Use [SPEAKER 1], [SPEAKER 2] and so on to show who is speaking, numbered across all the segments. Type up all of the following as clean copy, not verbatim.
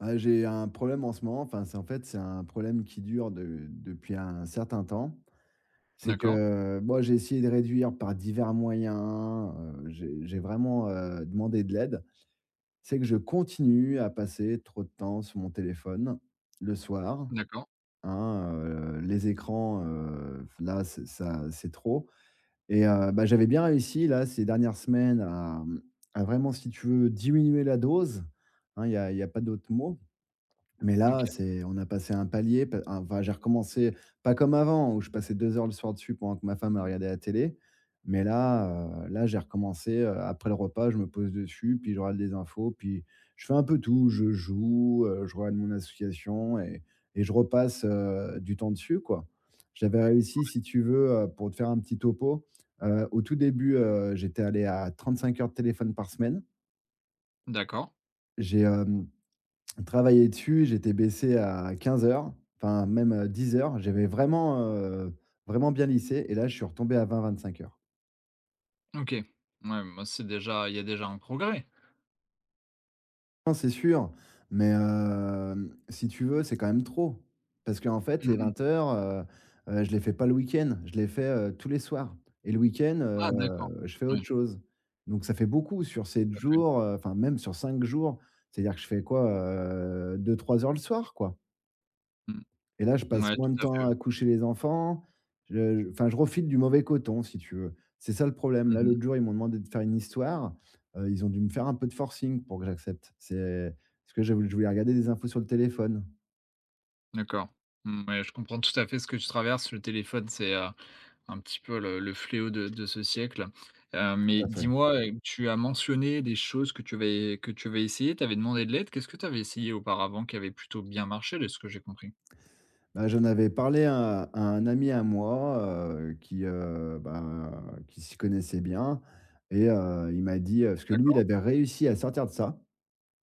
[SPEAKER 1] Ah, j'ai un problème en ce moment, enfin, c'est en fait, c'est un problème qui dure de depuis un certain temps. C'est
[SPEAKER 2] D'accord,
[SPEAKER 1] que, moi, j'ai essayé de réduire par divers moyens, j'ai vraiment, demandé de l'aide. C'est que je continue à passer trop de temps sur mon téléphone le soir,
[SPEAKER 2] d'accord,
[SPEAKER 1] hein, les écrans, là, c'est ça, c'est trop et bah, j'avais bien réussi là, ces dernières semaines à, mmh, à vraiment, si tu veux, diminuer la dose, hein, il y a pas d'autre mot. Mais là,
[SPEAKER 2] OK,
[SPEAKER 1] c'est, on a passé un palier, pa enfin, j'ai recommencé, pas comme avant où je passais 2 heures le soir dessus pendant que ma femme elle regardait la télé. Mais là, là, j'ai recommencé, après le repas, je me pose dessus, puis je regarde des infos, puis je fais un peu tout. Je joue, je regarde mon association et je repasse, du temps dessus, quoi. J'avais réussi, si tu veux, pour te faire un petit topo, au tout début, j'étais allé à 35 heures de téléphone par semaine.
[SPEAKER 2] d'accord,
[SPEAKER 1] J'ai, hem Travailler dessus, j'étais baissé à quinze heures, enfin même, j'avais vraiment, vraiment bien lissé et là, je suis retombé à 20-25 heures.
[SPEAKER 2] OK. Ouais, moi c'est déjà il y a déjà un progrès.
[SPEAKER 1] Non, c'est sûr, mais si tu veux, c'est quand même trop, parce qu'en fait, les
[SPEAKER 2] Mmh.
[SPEAKER 1] 20 heures, je les fais pas le week-end, je les fais, tous les soirs, et le week-end,
[SPEAKER 2] Ah, d'accord.
[SPEAKER 1] je fais
[SPEAKER 2] Ouais,
[SPEAKER 1] autre chose. Donc ça fait beaucoup sur 7
[SPEAKER 2] tout à fait.
[SPEAKER 1] jours, enfin même sur 5 jours. C'est-à-dire que je fais quoi, deux-trois heures le soir, quoi.
[SPEAKER 2] Mmh.
[SPEAKER 1] Et là, je passe
[SPEAKER 2] Ouais,
[SPEAKER 1] moins de
[SPEAKER 2] tout à fait.
[SPEAKER 1] temps à coucher les enfants. Je, enfin, je refile du mauvais coton, si tu veux. C'est ça le problème. Là,
[SPEAKER 2] Mmh.
[SPEAKER 1] l'autre jour, ils m'ont demandé de faire une histoire. Ils ont dû me faire un peu de forcing pour que j'accepte. C'est parce que je voulais regarder des infos sur le téléphone.
[SPEAKER 2] D'accord. Mmh, ouais, je comprends tout à fait ce que tu traverses. Le téléphone, c'est, un petit peu le fléau de ce siècle. Mais
[SPEAKER 1] Tout à fait.
[SPEAKER 2] dis-moi, tu as mentionné des choses que tu avais essayées, tu avais demandé de l'aide. Qu'est-ce que tu avais essayé auparavant qui avait plutôt bien marché de ce que j'ai compris?
[SPEAKER 1] Bah, j'en avais parlé à un ami à moi, qui, bah, qui s'y connaissait bien, et il m'a dit, parce que lui, il
[SPEAKER 2] D'accord.
[SPEAKER 1] avait réussi à sortir de ça.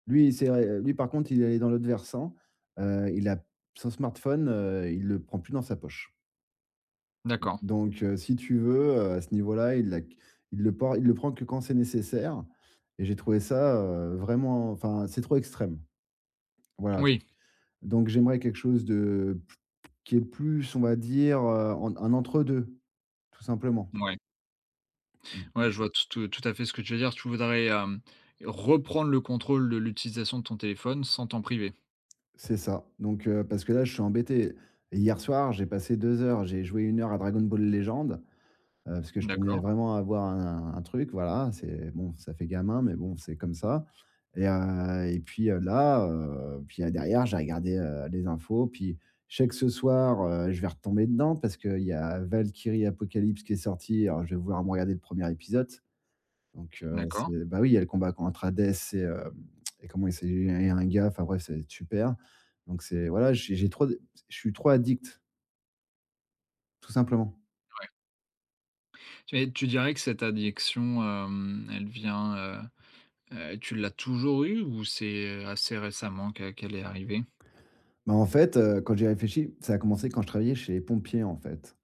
[SPEAKER 1] Lui, c'est vrai, lui par contre, il est allé dans l'autre versant, il a son smartphone, il le prend plus dans sa poche.
[SPEAKER 2] D'accord.
[SPEAKER 1] Donc si tu veux, à ce niveau-là, il l'a il le por il le prend que quand c'est nécessaire, et j'ai trouvé ça, vraiment, enfin, c'est trop extrême. Voilà.
[SPEAKER 2] Oui,
[SPEAKER 1] Donc j'aimerais quelque chose de, qui est plus, on va dire, en un entre-deux, tout simplement.
[SPEAKER 2] ouais. Ouais, je vois tout à fait ce que tu veux dire. Tu voudrais, reprendre le contrôle de l'utilisation de ton téléphone sans t'en priver.
[SPEAKER 1] C'est ça. Donc parce que là, je suis embêté. Hier soir, j'ai passé 2 heures, j'ai joué une heure à Dragon Ball Legends. Parce que je tenais
[SPEAKER 2] D'accord,
[SPEAKER 1] vraiment à avoir un truc, voilà, c'est bon, ça fait gamin, mais bon, c'est comme ça. Et et puis, là, puis, derrière, j'ai regardé, les infos, puis je sais que ce soir, je vais retomber dedans parce qu'il y a Valkyrie Apocalypse qui est sorti, alors je vais vouloir me regarder le premier épisode. Donc
[SPEAKER 2] d'accord,
[SPEAKER 1] c'est, bah, oui, il y a le combat contre Hades et hem et comment il s'est et un gars, enfin bref, c'est super. Donc c'est voilà, j'ai trop, je suis trop addict, tout simplement.
[SPEAKER 2] ouais. Tu dirais que cette addiction, elle vient, tu l'as toujours eue ou c'est assez récemment que qu'elle est arrivée?
[SPEAKER 1] Bah, en fait, quand j'y réfléchis, ça a commencé quand je travaillais chez les pompiers, en fait.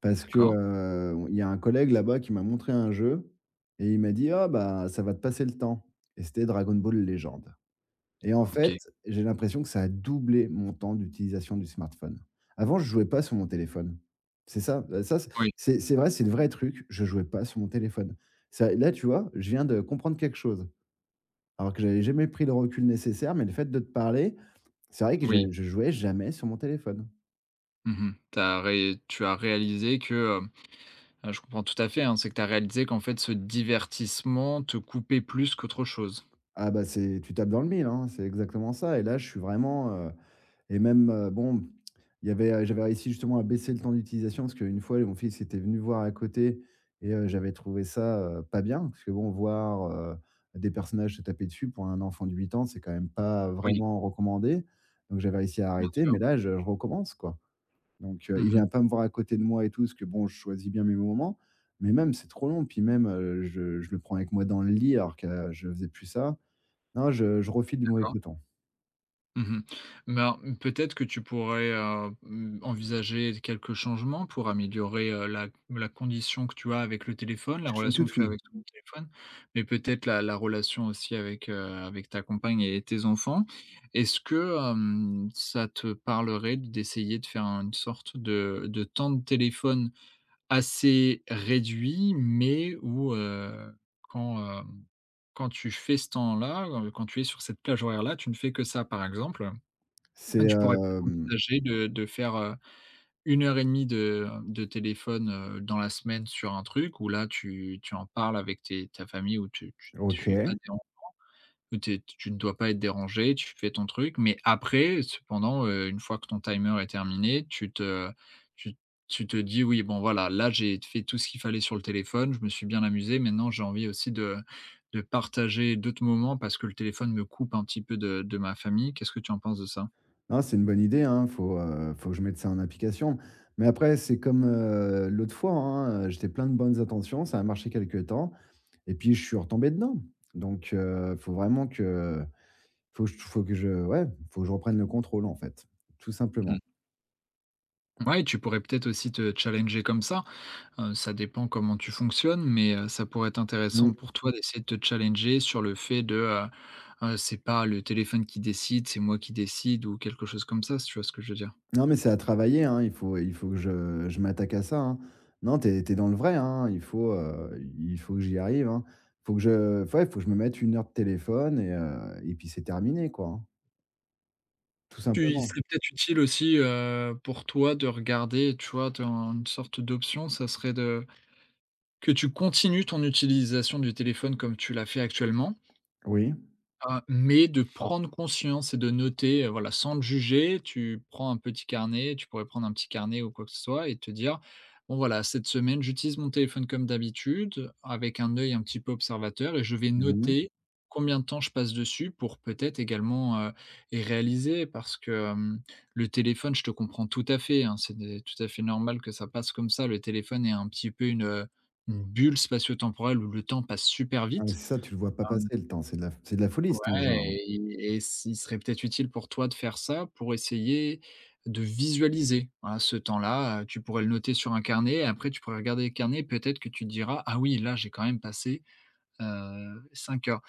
[SPEAKER 1] Parce que,
[SPEAKER 2] D'accord,
[SPEAKER 1] on il y a un collègue là-bas qui m'a montré un jeu et il m'a dit: «Ah bah, ça va te passer le temps», et c'était Dragon Ball Légende, et en
[SPEAKER 2] OK.
[SPEAKER 1] fait, j'ai l'impression que ça a doublé mon temps d'utilisation du smartphone. Avant, je jouais pas sur mon téléphone. C'est ça, ça,
[SPEAKER 2] Oui,
[SPEAKER 1] c'est vrai, c'est le vrai truc, je jouais pas sur mon téléphone. Ça là, tu vois, je viens de comprendre quelque chose, alors que j'avais jamais pris le recul nécessaire, mais le fait de te parler, c'est vrai que je
[SPEAKER 2] oui.
[SPEAKER 1] je jouais jamais sur mon téléphone.
[SPEAKER 2] Mmh mh. Tu as réalisé que, je comprends tout à fait, hein, c'est que tu as réalisé qu'en fait ce divertissement te coupait plus qu'autre chose.
[SPEAKER 1] Ah bah, c'est, tu tapes dans le mille, hein, c'est exactement ça, et là, je suis vraiment, et même, bon, il y avait, j'avais réussi justement à baisser le temps d'utilisation parce qu'une fois, mon fils était venu voir à côté, et j'avais trouvé ça, pas bien parce que bon, voir, des personnages se taper dessus pour un enfant de 8 ans, c'est quand même pas
[SPEAKER 2] Oui,
[SPEAKER 1] vraiment recommandé. Donc j'avais réussi à
[SPEAKER 2] bien
[SPEAKER 1] arrêter,
[SPEAKER 2] sûr.
[SPEAKER 1] mais là, je recommence, quoi. Donc il
[SPEAKER 2] Mmh.
[SPEAKER 1] vient pas me voir à côté de moi et tout parce que bon, je choisis bien mes moments, mais même, c'est trop long. Puis même, je le prends avec moi dans le lit alors que je faisais plus ça. Non, je refile du mauvais
[SPEAKER 2] D'accord.
[SPEAKER 1] coton.
[SPEAKER 2] Mmh. Ben, peut-être que tu pourrais, envisager quelques changements pour améliorer, la condition que tu as avec le téléphone, la
[SPEAKER 1] Je suis une
[SPEAKER 2] relation que
[SPEAKER 1] toute,
[SPEAKER 2] tu as
[SPEAKER 1] oui.
[SPEAKER 2] avec ton téléphone, mais peut-être la relation aussi avec ta compagne et tes enfants. Est-ce que, ça te parlerait d'essayer de faire une sorte de temps de téléphone assez réduit, mais où, quand, hem, quand tu fais ce temps-là, quand tu es sur cette plage horaire-là, tu ne fais que ça, par exemple? Ah,
[SPEAKER 1] C'est,
[SPEAKER 2] tu pourrais peut-être envisager de faire, 1 heure et demie de téléphone, dans la semaine sur un truc où là tu en parles avec tes ta famille
[SPEAKER 1] OK.
[SPEAKER 2] où tu ne dois pas être dérangé, tu fais ton truc. Mais après cependant, une fois que ton timer est terminé, tu tu te dis: «Oui, bon voilà, là j'ai fait tout ce qu'il fallait sur le téléphone, je me suis bien amusé, maintenant j'ai envie aussi de partager d'autres moments parce que le téléphone me coupe un petit peu de ma famille». Qu'est-ce que tu en penses de ça?
[SPEAKER 1] Non, c'est une bonne idée, hein, faut, faut que je mette ça en application. Mais après, c'est comme, l'autre fois, hein, j'étais plein de bonnes intentions, ça a marché quelques temps et puis je suis retombé dedans. Donc faut vraiment que, faut que je, ouais, faut que je reprenne le contrôle, en fait, tout simplement.
[SPEAKER 2] Ouais, tu pourrais peut-être aussi te challenger comme ça. Ça dépend comment tu fonctionnes, mais ça pourrait être intéressant
[SPEAKER 1] Mmh.
[SPEAKER 2] pour toi d'essayer de te challenger sur le fait de, c'est pas le téléphone qui décide, c'est moi qui décide ou quelque chose comme ça, si tu vois ce que je veux dire?
[SPEAKER 1] Non, mais c'est à travailler, hein. Il faut que je m'attaque à ça, hein. Non, t'es dans le vrai, hein. Il faut que j'y arrive, hein. Faut que je ouais, faut que je me mette une heure de téléphone et puis c'est terminé, quoi, hein, tout
[SPEAKER 2] Tu il
[SPEAKER 1] simplement.
[SPEAKER 2] serait peut-être utile aussi, pour toi de regarder, tu vois, dans une sorte d'option, ça serait de que tu continues ton utilisation du téléphone comme tu l'as fait actuellement.
[SPEAKER 1] Oui.
[SPEAKER 2] Mais de prendre conscience et de noter, voilà, sans te juger, tu prends un petit carnet, tu pourrais prendre un petit carnet ou quoi que ce soit et te dire: «Bon voilà, cette semaine, j'utilise mon téléphone comme d'habitude, avec un œil un petit peu observateur et je vais
[SPEAKER 1] Mmh.
[SPEAKER 2] noter combien de temps je passe dessus» pour peut-être également, et réaliser parce que, le téléphone, je te comprends tout à fait, hein, c'est des tout à fait normal que ça passe comme ça. Le téléphone est un petit peu une bulle spatio-temporelle où le temps passe super
[SPEAKER 1] Ah, mais
[SPEAKER 2] vite.
[SPEAKER 1] c'est ça, tu le vois pas passer le temps. C'est de la folie, ce temps,
[SPEAKER 2] Ouais,
[SPEAKER 1] hein.
[SPEAKER 2] et s il serait peut-être utile pour toi de faire ça, pour essayer de visualiser, hein, ce temps-là, tu pourrais le noter sur un carnet, et après tu pourrais regarder le carnet, et peut-être que tu te diras: «Ah oui, là, j'ai quand même passé, 5 heures».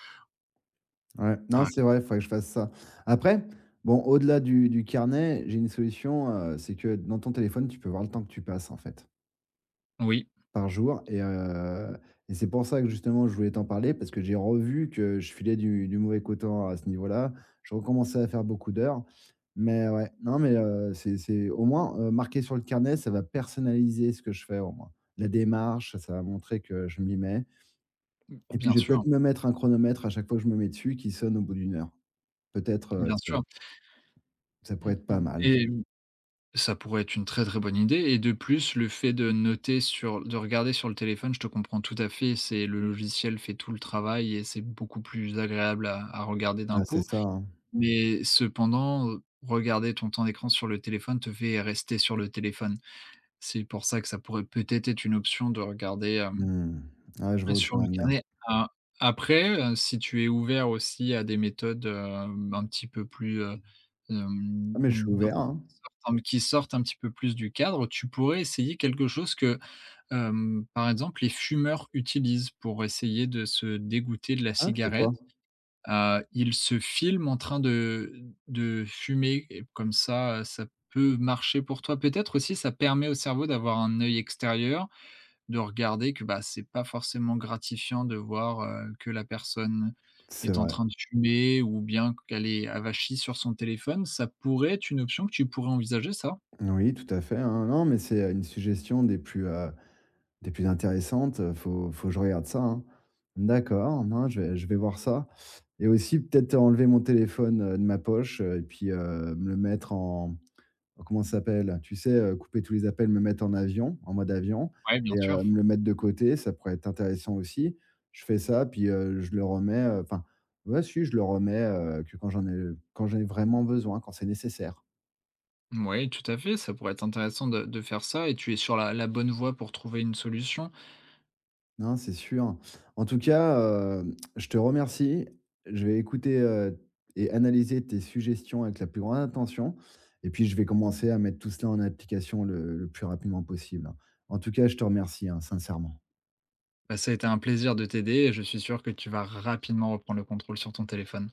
[SPEAKER 1] Ouais, non,
[SPEAKER 2] Par
[SPEAKER 1] c'est vrai, il faudrait que je fasse ça. Après, bon, au-delà du carnet, j'ai une solution, c'est que dans ton téléphone, tu peux voir le temps que tu passes, en fait,
[SPEAKER 2] Oui,
[SPEAKER 1] par jour. Et et c'est pour ça que justement je voulais t'en parler parce que j'ai revu que je filais du mauvais coton à ce niveau-là. Je recommençais à faire beaucoup d'heures, mais ouais, non mais c'est au moins, marquer sur le carnet, ça va personnaliser ce que je fais au moins. La démarche, ça va montrer que je m'y mets, et puis
[SPEAKER 2] bien
[SPEAKER 1] je vais
[SPEAKER 2] sûr,
[SPEAKER 1] peut-être me mettre un chronomètre à chaque fois que je me mets dessus qui sonne au bout d'une heure. Peut-être,
[SPEAKER 2] bien
[SPEAKER 1] que ça
[SPEAKER 2] sûr.
[SPEAKER 1] ça
[SPEAKER 2] Mmh
[SPEAKER 1] pourrait être pas
[SPEAKER 2] mh.
[SPEAKER 1] mal.
[SPEAKER 2] Et ça pourrait être une très, très bonne idée et de plus, le fait de noter sur de regarder sur le téléphone, je te comprends tout à fait, c'est le logiciel fait tout le travail et c'est beaucoup plus agréable à regarder d'un
[SPEAKER 1] Ah c'est
[SPEAKER 2] coup.
[SPEAKER 1] ça, hein.
[SPEAKER 2] Mais cependant, regarder ton temps d'écran sur le téléphone te fait rester sur le téléphone. C'est pour ça que ça pourrait peut-être être une option de regarder,
[SPEAKER 1] Mmh. Ouais, je vois où tu
[SPEAKER 2] sur
[SPEAKER 1] veux
[SPEAKER 2] le
[SPEAKER 1] en venir.
[SPEAKER 2] carnet. A après, si tu es ouvert aussi à des méthodes, un petit peu plus, hem,
[SPEAKER 1] Ah mais je
[SPEAKER 2] mmh,
[SPEAKER 1] suis ouvert, hein.
[SPEAKER 2] sortent qui sortent un petit peu plus du cadre, tu pourrais essayer quelque chose que, par exemple, les fumeurs utilisent pour essayer de se dégoûter de la
[SPEAKER 1] Ah, c'est
[SPEAKER 2] cigarette.
[SPEAKER 1] quoi?
[SPEAKER 2] Il se filme en train de fumer et comme ça, ça peut marcher pour toi. Peut-être aussi ça permet au cerveau d'avoir un œil extérieur, de regarder que, bah, c'est pas forcément gratifiant de voir, que la personne
[SPEAKER 1] C'est
[SPEAKER 2] est en
[SPEAKER 1] vrai.
[SPEAKER 2] train de fumer ou bien qu'elle est avachie sur son téléphone. Ça pourrait être une option que tu pourrais envisager ça?
[SPEAKER 1] Oui, tout à fait, hein. Non, mais c'est, une suggestion des plus intéressantes, faut que je regarde ça, hein. D'accord, non, je vais voir ça, et aussi peut-être enlever mon téléphone, de ma poche, et puis, me le mettre en, comment ça s'appelle? Tu sais, couper tous les appels, me mettre en avion, en mode avion,
[SPEAKER 2] Oui, bien
[SPEAKER 1] et
[SPEAKER 2] sûr.
[SPEAKER 1] me le mettre de côté, ça pourrait être intéressant aussi. Je fais ça puis, je le remets, enfin, ouais si, je le remets, que quand j'en ai, vraiment besoin, quand c'est nécessaire.
[SPEAKER 2] Oui, tout à fait, ça pourrait être intéressant de faire ça et tu es sur la bonne voie pour trouver une solution.
[SPEAKER 1] Non, c'est sûr. En tout cas, je te remercie. Je vais écouter, et analyser tes suggestions avec la plus grande attention, et puis je vais commencer à mettre tout cela en application le plus rapidement possible, hein. En tout cas, je te remercie, hein, sincèrement.
[SPEAKER 2] Bah, ça a été un plaisir de t'aider et je suis sûr que tu vas rapidement reprendre le contrôle sur ton téléphone.